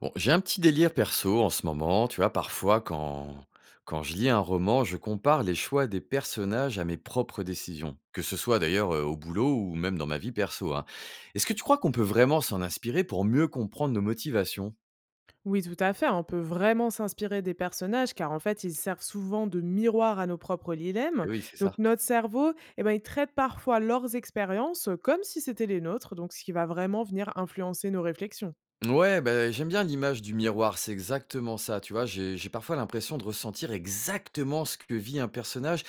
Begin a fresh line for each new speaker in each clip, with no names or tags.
Bon, j'ai un petit délire perso en ce moment, tu vois, parfois quand je lis un roman, je compare les choix des personnages à mes propres décisions, que ce soit d'ailleurs au boulot ou même dans ma vie perso, hein. Est-ce que tu crois qu'on peut vraiment s'en inspirer pour mieux comprendre nos motivations?
Oui, tout à fait. On peut vraiment s'inspirer des personnages car en fait, ils servent souvent de miroir à nos propres dilemmes.
Eh oui, c'est
Donc,
ça.
notre cerveau, eh ben, il traite parfois leurs expériences comme si c'était les nôtres, donc ce qui va vraiment venir influencer nos réflexions.
Ouais, ben, j'aime bien l'image du miroir, c'est exactement ça, tu vois, j'ai parfois l'impression de ressentir exactement ce que vit un personnage.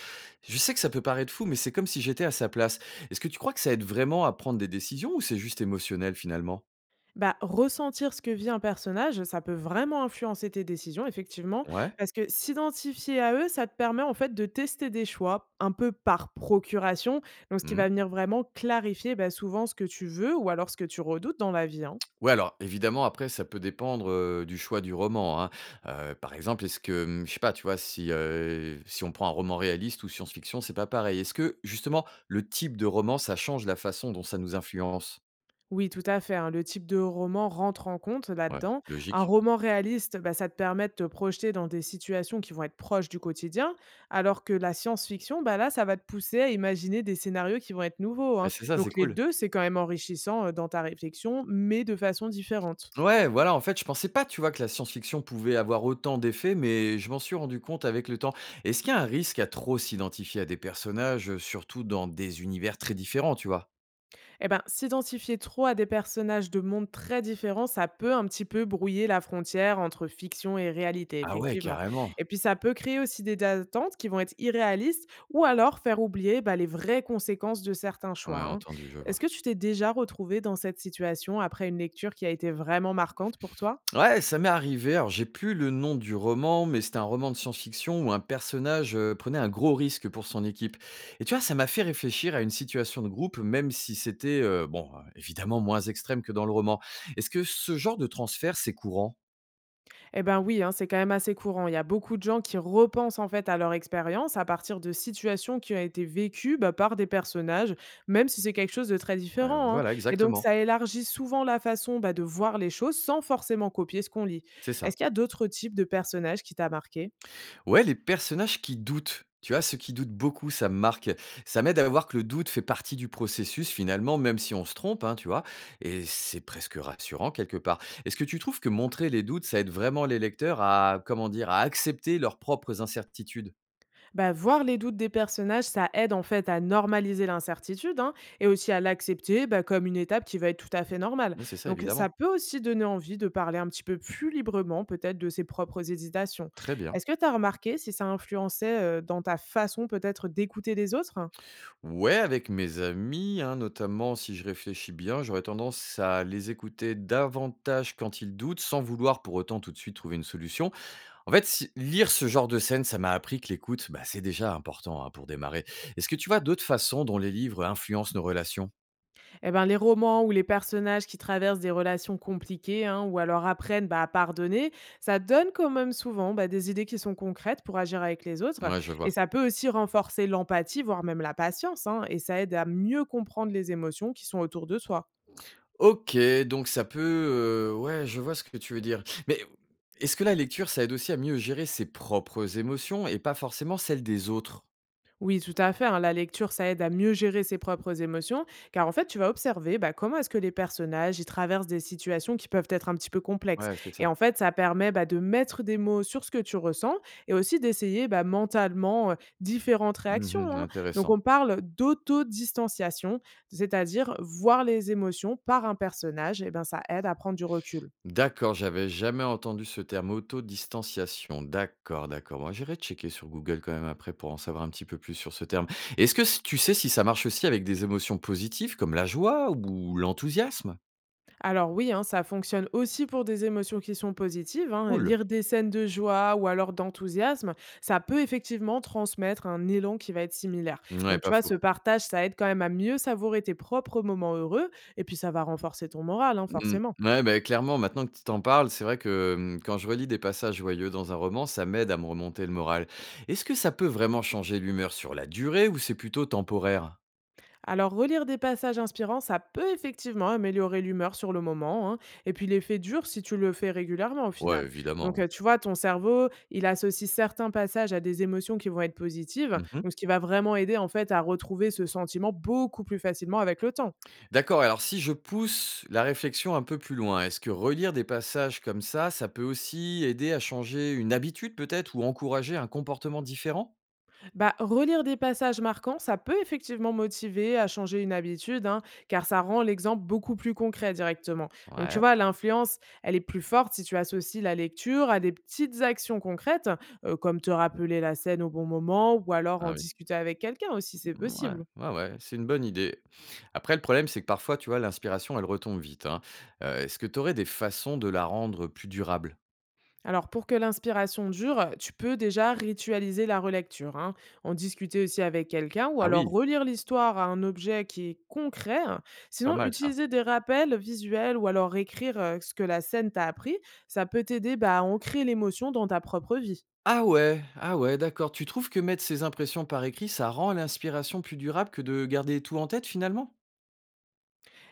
Je sais que ça peut paraître fou, mais c'est comme si j'étais à sa place. Est-ce que tu crois que ça aide vraiment à prendre des décisions ou c'est juste émotionnel finalement?
Bah, ressentir ce que vit un personnage, ça peut vraiment influencer tes décisions, effectivement,
Ouais.
parce que s'identifier à eux, ça te permet en fait de tester des choix un peu par procuration, donc ce qui
Mmh.
va venir vraiment clarifier bah, souvent ce que tu veux ou alors ce que tu redoutes dans la vie, hein.
Ouais, alors évidemment, après, ça peut dépendre, du choix du roman, hein. Par exemple, est-ce que, mmh, je sais pas, tu vois, si, si on prend un roman réaliste ou science-fiction, c'est pas pareil. Est-ce que justement, le type de roman, ça change la façon dont ça nous influence?
Oui, tout à fait, hein. Le type de roman rentre en compte
Ouais,
là-dedans. Un
logique.
roman réaliste, bah, ça te permet de te projeter dans des situations qui vont être proches du quotidien, alors que la science-fiction, bah, là, ça va te pousser à imaginer des scénarios qui vont être nouveaux,
Ouais,
hein.
c'est ça, c'est
Donc les
cool.
2, c'est quand même enrichissant, dans ta réflexion, mais de façon différente.
Ouais, voilà, en fait, je pensais pas, tu vois, que la science-fiction pouvait avoir autant d'effets, mais je m'en suis rendu compte avec le temps. Est-ce qu'il y a un risque à trop s'identifier à des personnages, surtout dans des univers très différents, tu vois?
Eh ben, s'identifier trop à des personnages de mondes très différents, ça peut un petit peu brouiller la frontière entre fiction et réalité,
Ah ouais,
effectivement.
carrément.
Et puis, ça peut créer aussi des attentes qui vont être irréalistes ou alors faire oublier bah, les vraies conséquences de certains choix,
Ouais,
hein.
entendu, je vois.
Est-ce que tu t'es déjà retrouvé dans cette situation après une lecture qui a été vraiment marquante pour toi?
Ouais, ça m'est arrivé. Alors, j'ai plus le nom du roman, mais c'était un roman de science-fiction où un personnage prenait un gros risque pour son équipe. Et tu vois, ça m'a fait réfléchir à une situation de groupe, même si c'était, bon, évidemment moins extrême que dans le roman. Est-ce que ce genre de transfert, c'est courant?
Eh ben oui, hein, c'est quand même assez courant. Il y a beaucoup de gens qui repensent en fait à leur expérience à partir de situations qui ont été vécues bah, par des personnages, même si c'est quelque chose de très différent, hein.
Voilà,
Et donc ça
exactement.
élargit souvent la façon bah, de voir les choses sans forcément copier ce qu'on lit.
C'est
Est-ce
ça.
qu'il y a d'autres types de personnages qui t'a marqué?
Ouais, les personnages qui doutent, tu vois? Ceux qui doutent beaucoup, ça me marque. Ça m'aide à voir que le doute fait partie du processus finalement, même si on se trompe, hein, tu vois? Et c'est presque rassurant quelque part. Est-ce que tu trouves que montrer les doutes, ça aide vraiment les lecteurs à, comment dire, à accepter leurs propres incertitudes?
Bah, voir les doutes des personnages, ça aide en fait à normaliser l'incertitude hein, et aussi à l'accepter bah, comme une étape qui va être tout à fait normale.
Ouais, c'est ça
Donc ça
évidemment.
peut aussi donner envie de parler un petit peu plus librement peut-être de ses propres hésitations.
Très bien.
Est-ce que tu as remarqué si ça influençait dans ta façon peut-être d'écouter les autres?
Ouais, avec mes amis, hein, notamment si je réfléchis bien, j'aurais tendance à les écouter davantage quand ils doutent, sans vouloir pour autant tout de suite trouver une solution. En fait, lire ce genre de scène, ça m'a appris que l'écoute, bah, c'est déjà important, hein, pour démarrer. Est-ce que tu vois d'autres façons dont les livres influencent nos relations?
Eh ben, les romans où les personnages qui traversent des relations compliquées hein, ou alors apprennent bah, à pardonner, ça donne quand même souvent bah, des idées qui sont concrètes pour agir avec les autres.
Ouais, je
Et
vois.
ça peut aussi renforcer l'empathie, voire même la patience, hein, et ça aide à mieux comprendre les émotions qui sont autour de soi.
Ok, donc ça peut... ouais, je vois ce que tu veux dire. Mais est-ce que la lecture, ça aide aussi à mieux gérer ses propres émotions et pas forcément celles des autres?
Oui, tout à fait, hein. La lecture, ça aide à mieux gérer ses propres émotions, car en fait, tu vas observer bah, comment est-ce que les personnages ils traversent des situations qui peuvent être un petit peu complexes.
Ouais, c'est
Et
ça.
en fait, ça permet bah, de mettre des mots sur ce que tu ressens et aussi d'essayer bah, mentalement différentes réactions,
Mhm,
hein. Donc,
intéressant.
on parle d'autodistanciation, c'est-à-dire voir les émotions par un personnage, et ben ça aide à prendre du recul.
D'accord, j'avais jamais entendu ce terme, autodistanciation. D'accord, d'accord. Moi, j'irai checker sur Google quand même après pour en savoir un petit peu plus sur ce terme. Est-ce que tu sais si ça marche aussi avec des émotions positives comme la joie ou l'enthousiasme?
Alors oui, hein, ça fonctionne aussi pour des émotions qui sont positives, hein.
Cool.
Lire des scènes de joie ou alors d'enthousiasme, ça peut effectivement transmettre un élan qui va être similaire.
Ouais,
Donc tu
pas
vois,
faux.
ce partage, ça aide quand même à mieux savourer tes propres moments heureux et puis ça va renforcer ton moral, hein,
Mm.
forcément.
Ouais, bah, clairement, maintenant que tu t'en parles, c'est vrai que quand je relis des passages joyeux dans un roman, ça m'aide à me remonter le moral. Est-ce que ça peut vraiment changer l'humeur sur la durée ou c'est plutôt temporaire?
Alors, relire des passages inspirants, ça peut effectivement améliorer l'humeur sur le moment, hein. Et puis, l'effet dure si tu le fais régulièrement au
Ouais,
final.
évidemment,
Donc,
ouais.
tu vois, ton cerveau, il associe certains passages à des émotions qui vont être positives. Donc, ce qui va vraiment aider en fait à retrouver ce sentiment beaucoup plus facilement avec le temps.
D'accord, alors si je pousse la réflexion un peu plus loin, est-ce que relire des passages comme ça peut aussi aider à changer une habitude peut-être ou encourager un comportement différent?
Bah, relire des passages marquants, ça peut effectivement motiver à changer une habitude, hein, car ça rend l'exemple beaucoup plus concret directement. Donc, tu
Ouais,
vois, l'influence, elle est plus forte si tu associes la lecture à des petites actions concrètes, comme te rappeler la scène au bon moment, ou alors en
ah oui.
discuter avec quelqu'un aussi, c'est
Ouais,
possible.
ouais, ouais, c'est une bonne idée. Après, le problème, c'est que parfois, tu vois, l'inspiration, elle retombe vite, hein. Est-ce que tu aurais des façons de la rendre plus durable?
Alors pour que l'inspiration dure, tu peux déjà ritualiser la relecture, hein, en discuter aussi avec quelqu'un ou
Ah
alors
oui,
relire l'histoire à un objet qui est concret.
pas
Sinon,
mal ça.
utiliser des rappels visuels ou alors écrire ce que la scène t'a appris, ça peut t'aider bah, à ancrer l'émotion dans ta propre vie.
Ah ouais, ah ouais, d'accord. Tu trouves que mettre ses impressions par écrit, ça rend l'inspiration plus durable que de garder tout en tête finalement?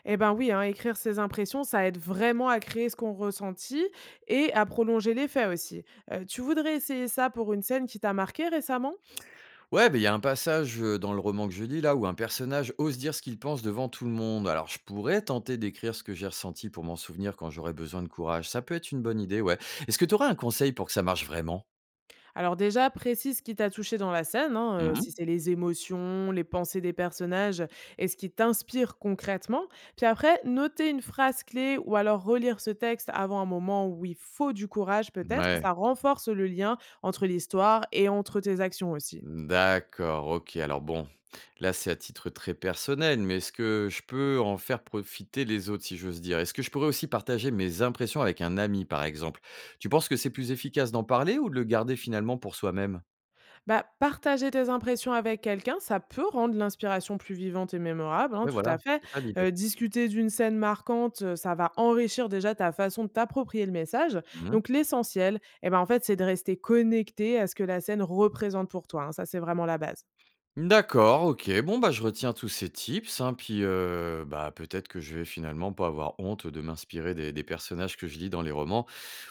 Eh ben oui, hein, écrire ses impressions, ça aide vraiment à créer ce qu'on ressentit et à prolonger l'effet aussi. Tu voudrais essayer ça pour une scène qui t'a marqué récemment?
Ouais, beh, il y a un passage, dans le roman que je lis là où un personnage ose dire ce qu'il pense devant tout le monde. Alors je pourrais tenter d'écrire ce que j'ai ressenti pour m'en souvenir quand j'aurai besoin de courage. Ça peut être une bonne idée, ouais. Est-ce que tu aurais un conseil pour que ça marche vraiment?
Alors déjà, précise ce qui t'a touché dans la scène, hein,
Mmh.
si c'est les émotions, les pensées des personnages et ce qui t'inspire concrètement. Puis après, noter une phrase clé ou alors relire ce texte avant un moment où il faut du courage peut-être,
Ouais,
ça renforce le lien entre l'histoire et entre tes actions aussi.
d'accord, OK. Alors bon, là c'est à titre très personnel, mais est-ce que je peux en faire profiter les autres, si j'ose dire? Est-ce que je pourrais aussi partager mes impressions avec un ami, par exemple? Tu penses que c'est plus efficace d'en parler ou de le garder finalement pour soi-même?
Bah, partager tes impressions avec quelqu'un, ça peut rendre l'inspiration plus vivante et mémorable, hein,
Ouais,
tout à
voilà,
fait.
c'est ça l'idée.
Discuter d'une scène marquante, ça va enrichir déjà ta façon de t'approprier le message.
Mmh.
Donc l'essentiel, et ben, en fait, c'est de rester connecté à ce que la scène représente pour toi, hein, ça, c'est vraiment la base.
D'accord, OK. Bon, bah, je retiens tous ces tips, hein, puis, bah, peut-être que je vais finalement pas avoir honte de m'inspirer des personnages que je lis dans les romans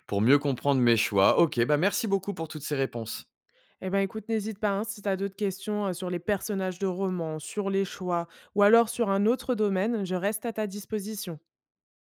pour mieux comprendre mes choix. OK, bah, merci beaucoup pour toutes ces réponses.
Et ben, écoute, n'hésite pas, hein, si tu as d'autres questions, sur les personnages de romans, sur les choix ou alors sur un autre domaine, je reste à ta disposition.